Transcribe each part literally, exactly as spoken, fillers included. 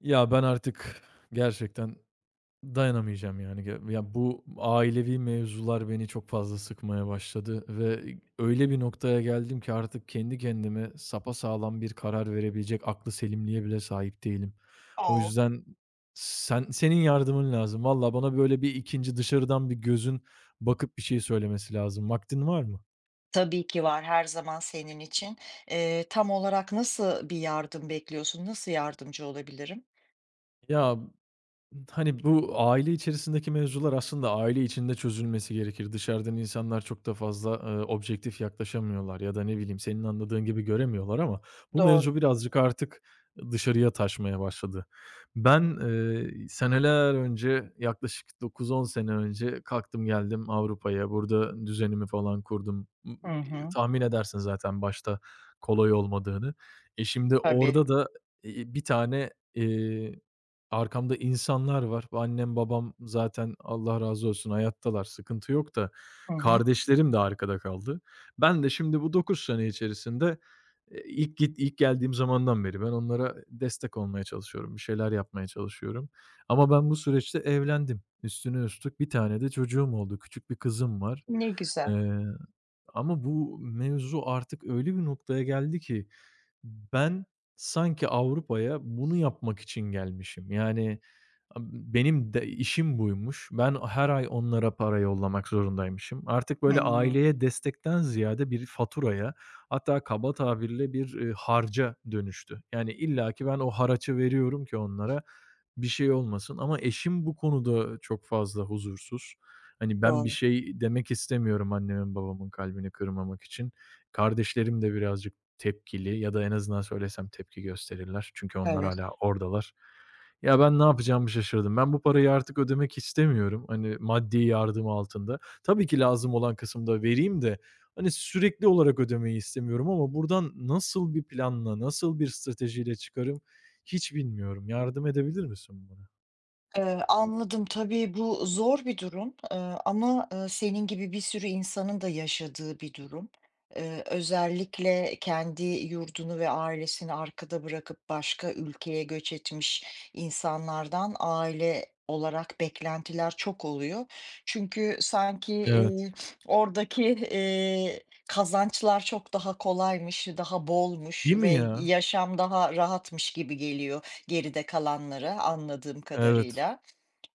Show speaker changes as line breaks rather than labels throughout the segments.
Ya, ben artık gerçekten dayanamayacağım, yani. Ge ya, bu ailevi mevzular beni çok fazla sıkmaya başladı ve öyle bir noktaya geldim ki artık kendi kendime sapasağlam bir karar verebilecek aklı selimliğe bile sahip değilim. O
O!
yüzden sen senin yardımın lazım. Valla bana böyle bir ikinci dışarıdan bir gözün bakıp bir şey söylemesi lazım. Vaktin var mı?
Tabii ki var, her zaman senin için. Eee, tam olarak nasıl bir yardım bekliyorsun? Nasıl yardımcı olabilirim?
Ya Hani, bu aile içerisindeki mevzular aslında aile içinde çözülmesi gerekir. Dışarıdan insanlar çok da fazla, eee, objektif yaklaşamıyorlar ya da ne bileyim senin anladığın gibi göremiyorlar ama bu
Doğru.
mevzu birazcık artık dışarıya taşmaya başladı. Ben, eee, seneler önce, yaklaşık dokuz on sene önce kalktım geldim Avrupa'ya. Burada düzenimi falan kurdum. M
Hı hı.
tahmin edersin zaten başta kolay olmadığını. E, şimdi
Tabii.
orada da, eee, bir tane, eee arkamda insanlar var. Annem, babam zaten Allah razı olsun hayattalar, sıkıntı yok da
Hı hı.
kardeşlerim de arkada kaldı. Ben de şimdi bu dokuz sene içerisinde, eee, ilk git ilk geldiğim zamandan beri ben onlara destek olmaya çalışıyorum, bir şeyler yapmaya çalışıyorum. Ama ben bu süreçte evlendim. Üstüne üstlük bir tane de çocuğum oldu. Küçük bir kızım var.
Ne güzel.
Eee Ama bu mevzu artık öyle bir noktaya geldi ki ben sanki Avrupa'ya bunu yapmak için gelmişim. Yani, benim de işim buymuş. Ben her ay onlara para yollamak zorundaymışım. Artık
Hı
böyle
hı.
aileye destekten ziyade bir faturaya, hatta kaba tabirle bir, eee, harca dönüştü. Yani illaki ben o haraçı veriyorum ki onlara bir şey olmasın ama eşim bu konuda çok fazla huzursuz. Hani, ben bir
Doğru.
şey demek istemiyorum annemin babamın kalbini kırmamak için. Kardeşlerim de birazcık tepkili ya da en azından söylesem tepki gösterirler. Çünkü onlar
Evet.
hala oradalar. Ya, ben ne yapacağımı şaşırdım. Ben bu parayı artık ödemek istemiyorum, hani, maddi yardım altında. Tabii ki lazım olan kısımda vereyim de, hani, sürekli olarak ödemeyi istemiyorum ama buradan nasıl bir planla, nasıl bir stratejiyle çıkarım hiç bilmiyorum. Yardım edebilir misin bana?
Eee, anladım. Tabii bu zor bir durum, eee, ama, eee, senin gibi bir sürü insanın da yaşadığı bir durum. Eee, özellikle kendi yurdunu ve ailesini arkada bırakıp başka ülkeye göç etmiş insanlardan aile olarak beklentiler çok oluyor. Çünkü sanki,
Evet.
eee, oradaki, eee, kazançlar çok daha kolaymış, daha bolmuş
Değil mi
ve
ya?
yaşam daha rahatmış gibi geliyor. Geride kalanlara anladığım
Evet.
kadarıyla.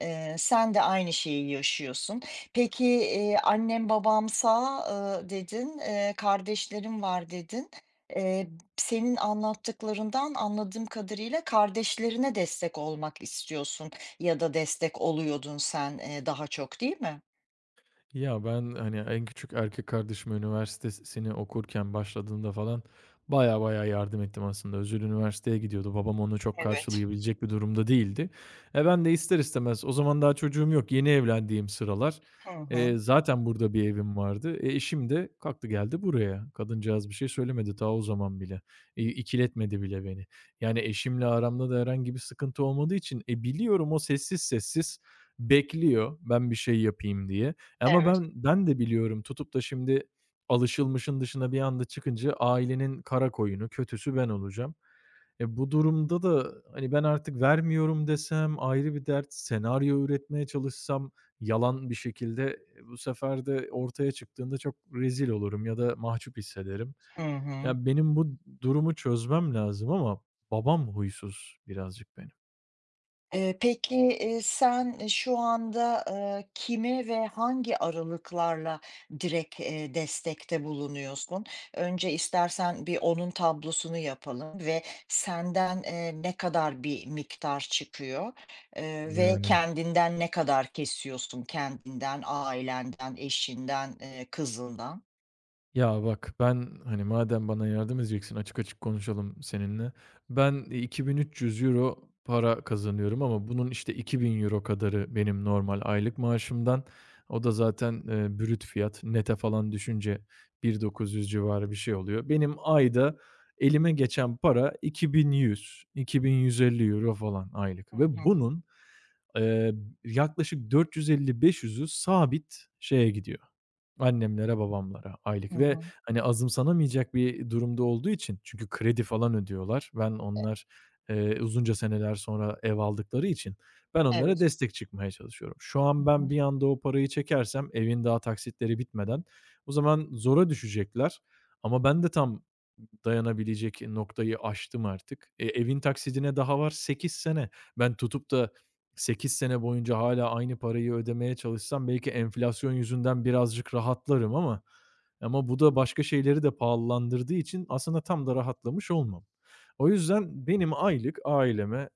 Eee, sen de aynı şeyi yaşıyorsun. Peki, eee, "Annem babam sağ." eee, dedin, eee, "Kardeşlerim var." dedin. Eee, senin anlattıklarından anladığım kadarıyla kardeşlerine destek olmak istiyorsun ya da destek oluyordun sen, eee, daha çok, değil mi?
Ya, ben, hani, en küçük erkek kardeşim üniversitesini okurken başladığında falan baya baya yardım ettim aslında. Özel üniversiteye gidiyordu. Babam onu çok
Evet.
karşılayabilecek bir durumda değildi. E, ben de ister istemez o zaman daha çocuğum yok, yeni evlendiğim sıralar,
Hı hı.
eee, zaten burada bir evim vardı. E, eşim de kalktı geldi buraya. Kadıncağız bir şey söylemedi ta o zaman bile. İii, ikiletmedi bile beni. Yani eşimle aramda da herhangi bir sıkıntı olmadığı için, e, biliyorum o sessiz sessiz bekliyor ben bir şey yapayım diye. Ama
Evet.
ben ben de biliyorum tutup da şimdi alışılmışın dışına bir anda çıkınca ailenin kara koyunu, kötüsü ben olacağım. E, bu durumda da, hani, ben artık vermiyorum desem ayrı bir dert, senaryo üretmeye çalışsam yalan bir şekilde, e, bu sefer de ortaya çıktığında çok rezil olurum ya da mahcup hissederim.
Hı hı.
Ya, benim bu durumu çözmem lazım ama babam huysuz birazcık benim.
Eee, peki, eee, sen şu anda, eee, kime ve hangi aralıklarla direkt, eee, destekte bulunuyorsun? Önce istersen bir onun tablosunu yapalım ve senden, eee, ne kadar bir miktar çıkıyor, eee, ve
Yani.
kendinden ne kadar kesiyorsun? Kendinden, ailenden, eşinden, eee, kızından?
Ya bak ben hani madem bana yardım edeceksin açık açık konuşalım seninle. Ben iki bin üç yüz euro para kazanıyorum ama bunun işte iki bin euro kadarı benim normal aylık maaşımdan. O da zaten, eee, brüt fiyat. Net'e falan düşünce bin dokuz yüz civarı bir şey oluyor. Benim ayda elime geçen para iki bin yüz, iki bin yüz elli euro falan aylık
Hı
ve
hı.
bunun, eee, yaklaşık dört yüz elli beş yüzü sabit şeye gidiyor. Annemlere, babamlara
Hı
aylık ve,
hı.
hani, azımsanamayacak bir durumda olduğu için çünkü kredi falan ödüyorlar. Ben
E
onlar, eee, uzunca seneler sonra ev aldıkları için ben onlara
evet.
destek çıkmaya çalışıyorum. Şu
Hı
an
hı.
ben bir anda o parayı çekersem evin daha taksitleri bitmeden o zaman zora düşecekler ama ben de tam dayanabilecek noktayı aştım artık. E, evin taksidine daha var sekiz sene. Ben tutup da sekiz sene boyunca hala aynı parayı ödemeye çalışsam belki enflasyon yüzünden birazcık rahatlarım ama ama bu da başka şeyleri de pahalandırdığı için aslında tam da rahatlamış olmam. O yüzden benim aylık aileme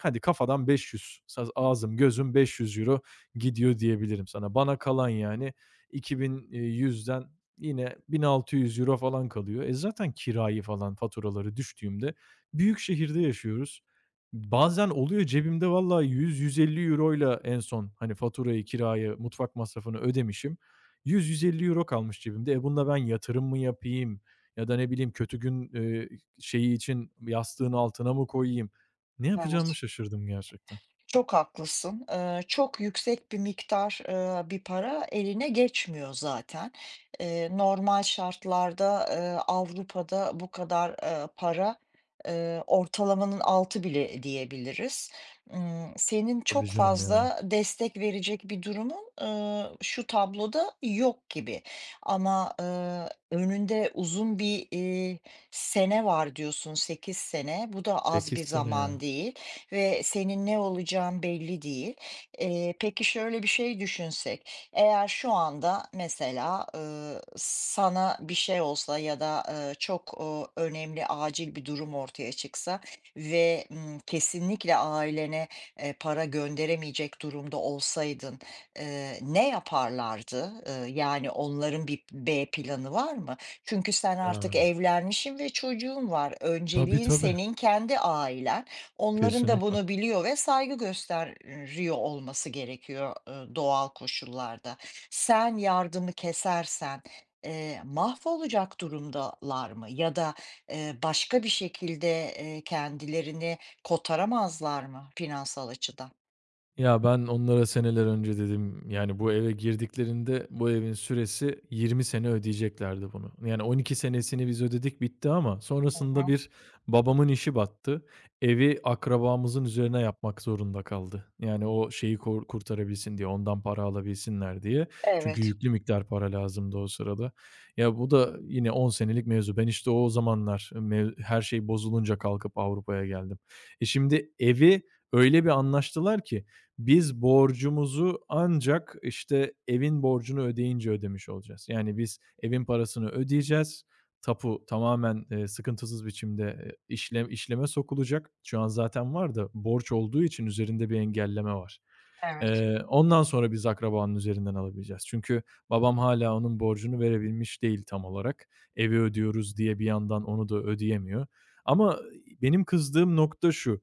hadi kafadan beş yüz, saz ağzım gözüm beş yüz euro gidiyor diyebilirim sana. Bana kalan yani iki bin yüzden yine bin altı yüz euro falan kalıyor. E, zaten kirayı falan, faturaları düştüğümde büyük şehirde yaşıyoruz. Bazen oluyor cebimde valla euro ile en son, hani, faturayı, kirayı, mutfak masrafını ödemişim. €100 euro kalmış cebimde. E, bununla ben yatırım mı yapayım ya da ne bileyim kötü gün, eee, şeyi için yastığın altına mı koyayım? Ne yapacağımı
Evet.
şaşırdım gerçekten.
Çok haklısın. Eee, çok yüksek bir miktar, eee, bir para eline geçmiyor zaten. Eee, normal şartlarda, eee, Avrupa'da bu kadar, eee, para, eee, ortalamanın altı bile diyebiliriz. Imm, senin
Tabii
çok
canım ya.
fazla destek verecek bir durumun, eee, şu tabloda yok gibi ama, eee, önünde uzun bir, eee, sene var diyorsun, sekiz sene. Bu da az
Sekiz
bir
sene
zaman
ya.
değil ve senin ne olacağın belli değil. Eee, peki şöyle bir şey düşünsek, eğer şu anda mesela, ııı, sana bir şey olsa ya da, ııı, çok, ııı, önemli, acil bir durum ortaya çıksa ve, ımm, kesinlikle ailene, eee, para gönderemeyecek durumda olsaydın, eee, ne yaparlardı? Iıı, yani onların bir B planı var mı? Çünkü sen artık
Ya.
evlenmişsin ve çocuğun var.
Tabii
Önceliğin
tabii.
senin kendi ailen. Onların da
Kesinlikle.
bunu biliyor ve saygı gösteriyor olması gerekiyor, ııı, doğal koşullarda. Sen yardımı kesersen, eee, mahvolacak durumdalar mı ya da, eee, başka bir şekilde, eee, kendilerini kotaramazlar mı finansal açıdan?
Ya, ben onlara seneler önce dedim, yani, bu eve girdiklerinde bu evin süresi yirmi sene ödeyeceklerdi bunu. Yani, on iki senesini biz ödedik, bitti ama
Hı
sonrasında
hı.
bir babamın işi battı. Evi akrabamızın üzerine yapmak zorunda kaldı. Yani, o şeyi kor kurtarabilsin diye, ondan para alabilsinler diye. Çünkü
Evet,
yüklü miktar para lazımdı o sırada. Ya, bu da yine on senelik mevzu. Ben, işte, o zamanlar mev her şey bozulunca kalkıp Avrupa'ya geldim. E, şimdi evi öyle bir anlaştılar ki biz borcumuzu ancak, işte, evin borcunu ödeyince ödemiş olacağız. Yani biz evin parasını ödeyeceğiz. Tapu tamamen, eee, sıkıntısız biçimde, eee, işlem işleme sokulacak. Şu an zaten var da borç olduğu için üzerinde bir engelleme var.
evet.
Eee, ondan sonra biz akrabanın üzerinden alabileceğiz. Çünkü babam hala onun borcunu verebilmiş değil tam olarak. Evi ödüyoruz diye bir yandan onu da ödeyemiyor. Ama, benim kızdığım nokta şu: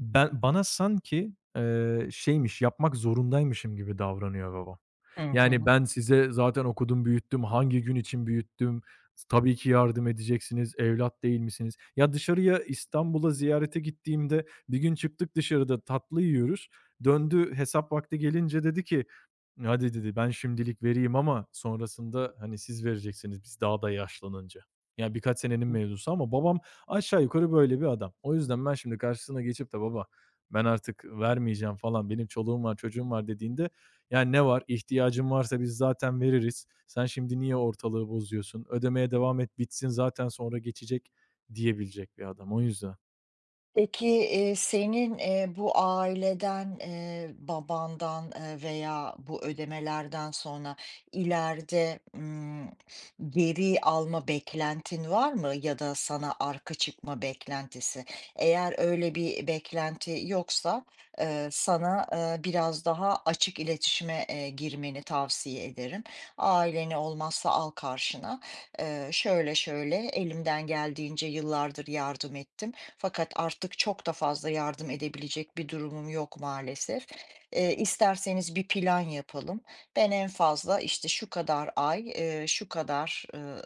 ben bana sanki, eee, şeymiş, yapmak zorundaymışım gibi davranıyor babam.
Hı
Yani,
hı.
ben size zaten okudum, büyüttüm, hangi gün için büyüttüm, tabii ki yardım edeceksiniz, evlat değil misiniz? Ya, dışarıya, İstanbul'a ziyarete gittiğimde bir gün çıktık dışarıda tatlı yiyoruz. Döndü, hesap vakti gelince dedi ki, "Hadi" dedi, "ben şimdilik vereyim ama sonrasında, hani, siz vereceksiniz biz daha da yaşlanınca." Ya, birkaç senenin mevzusu ama babam aşağı yukarı böyle bir adam. O yüzden ben şimdi karşısına geçip de, "Baba, ben artık vermeyeceğim." falan, "Benim çoluğum var, çocuğum var." dediğinde yani ne var? İhtiyacın varsa biz zaten veririz. Sen şimdi niye ortalığı bozuyorsun? Ödemeye devam et, bitsin zaten sonra geçecek diyebilecek bir adam. O yüzden.
Peki, eee, senin, eee, bu aileden, eee, babandan, eee, veya bu ödemelerden sonra ileride, ımm, geri alma beklentin var mı ya da sana arka çıkma beklentisi? Eğer öyle bir beklenti yoksa, eee, sana, eee, biraz daha açık iletişime, eee, girmeni tavsiye ederim. Aileni olmazsa al karşına, eee, şöyle şöyle elimden geldiğince yıllardır yardım ettim. Fakat artık çok da fazla yardım edebilecek bir durumum yok maalesef. Eee, isterseniz bir plan yapalım. Ben en fazla işte şu kadar ay, eee, şu kadar, ııı,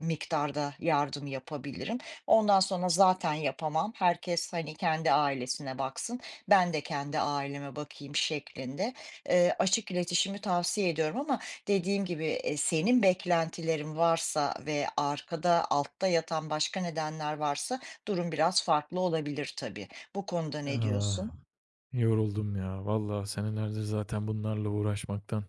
miktarda yardım yapabilirim. Ondan sonra zaten yapamam. Herkes, hani, kendi ailesine baksın. Ben de kendi aileme bakayım şeklinde, eee, açık iletişimi tavsiye ediyorum ama dediğim gibi, eee, senin beklentilerin varsa ve arkada, altta yatan başka nedenler varsa durum biraz farklı olabilir tabii. Bu konuda ne diyorsun?
Ya. Yoruldum ya. Vallahi senelerdir zaten bunlarla uğraşmaktan,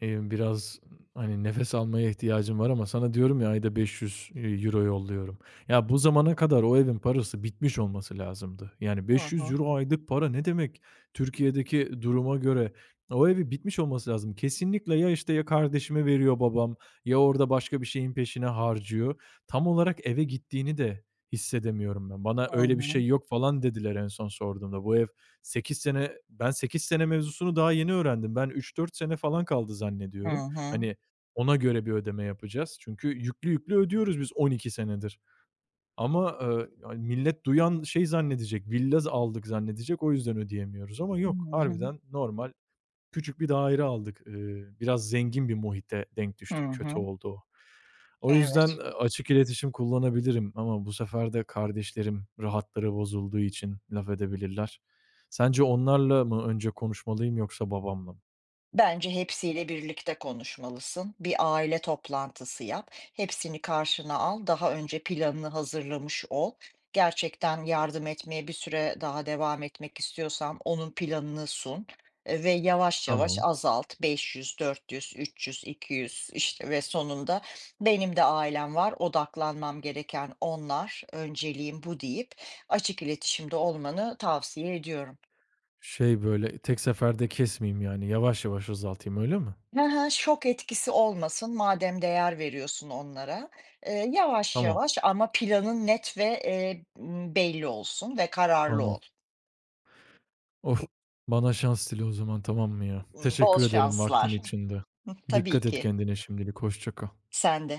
eee, biraz, hani, nefes almaya ihtiyacım var ama sana diyorum ya ayda beş yüz euro yolluyorum. Ya, bu zamana kadar o evin parası bitmiş olması lazımdı. Yani
Hı
beş yüz
hı.
euro aylık para ne demek? Türkiye'deki duruma göre o evi bitmiş olması lazım. Kesinlikle ya, işte, ya kardeşime veriyor babam ya orada başka bir şeyin peşine harcıyor. Tam olarak eve gittiğini de hissedemiyorum ben. Bana
Hı
öyle bir
hı.
şey yok falan dediler en son sorduğumda. Bu ev sekiz sene Ben sekiz sene mevzusunu daha yeni öğrendim. Ben üç dört sene falan kaldı
Hı
zannediyorum.
hı.
Hani ona göre bir ödeme yapacağız. Çünkü yüklü yüklü ödüyoruz biz on iki senedir. Ama, eee, hani millet duyan şey zannedecek, villa aldık zannedecek, o yüzden ödeyemiyoruz ama
Hı
yok.
hı.
Harbiden normal küçük bir daire aldık. Eee, biraz zengin bir muhite denk
Hı
düştük. Kötü
hı.
oldu o. O yüzden,
Evet.
açık iletişim kullanabilirim ama bu sefer de kardeşlerim rahatları bozulduğu için laf edebilirler. Sence onlarla mı önce konuşmalıyım yoksa babamla mı?
Bence hepsiyle birlikte konuşmalısın. Bir aile toplantısı yap. Hepsini karşına al. Daha önce planını hazırlamış ol. Gerçekten yardım etmeye bir süre daha devam etmek istiyorsan onun planını sun e, ve yavaş yavaş
Tamam.
azalt. beş yüz, dört yüz, üç yüz, iki yüz işte ve sonunda benim de ailem var. Odaklanmam gereken onlar. Önceliğim bu deyip açık iletişimde olmanı tavsiye ediyorum.
Şey, böyle, tek seferde kesmeyeyim yani, yavaş yavaş azaltayım, öyle mi?
Hı hı, şok etkisi olmasın madem değer veriyorsun onlara. Eee, yavaş
Tamam,
yavaş ama planın net ve, eee, ımm, belli olsun ve kararlı
tamam.
ol.
Of! Bana şans dile o zaman, tamam mı ya?
Imm, bol
Teşekkür ederim vaktin
şanslar.
içinde.
Tabii
Dikkat et
ki.
kendine şimdilik, hoşça kal.
Sende.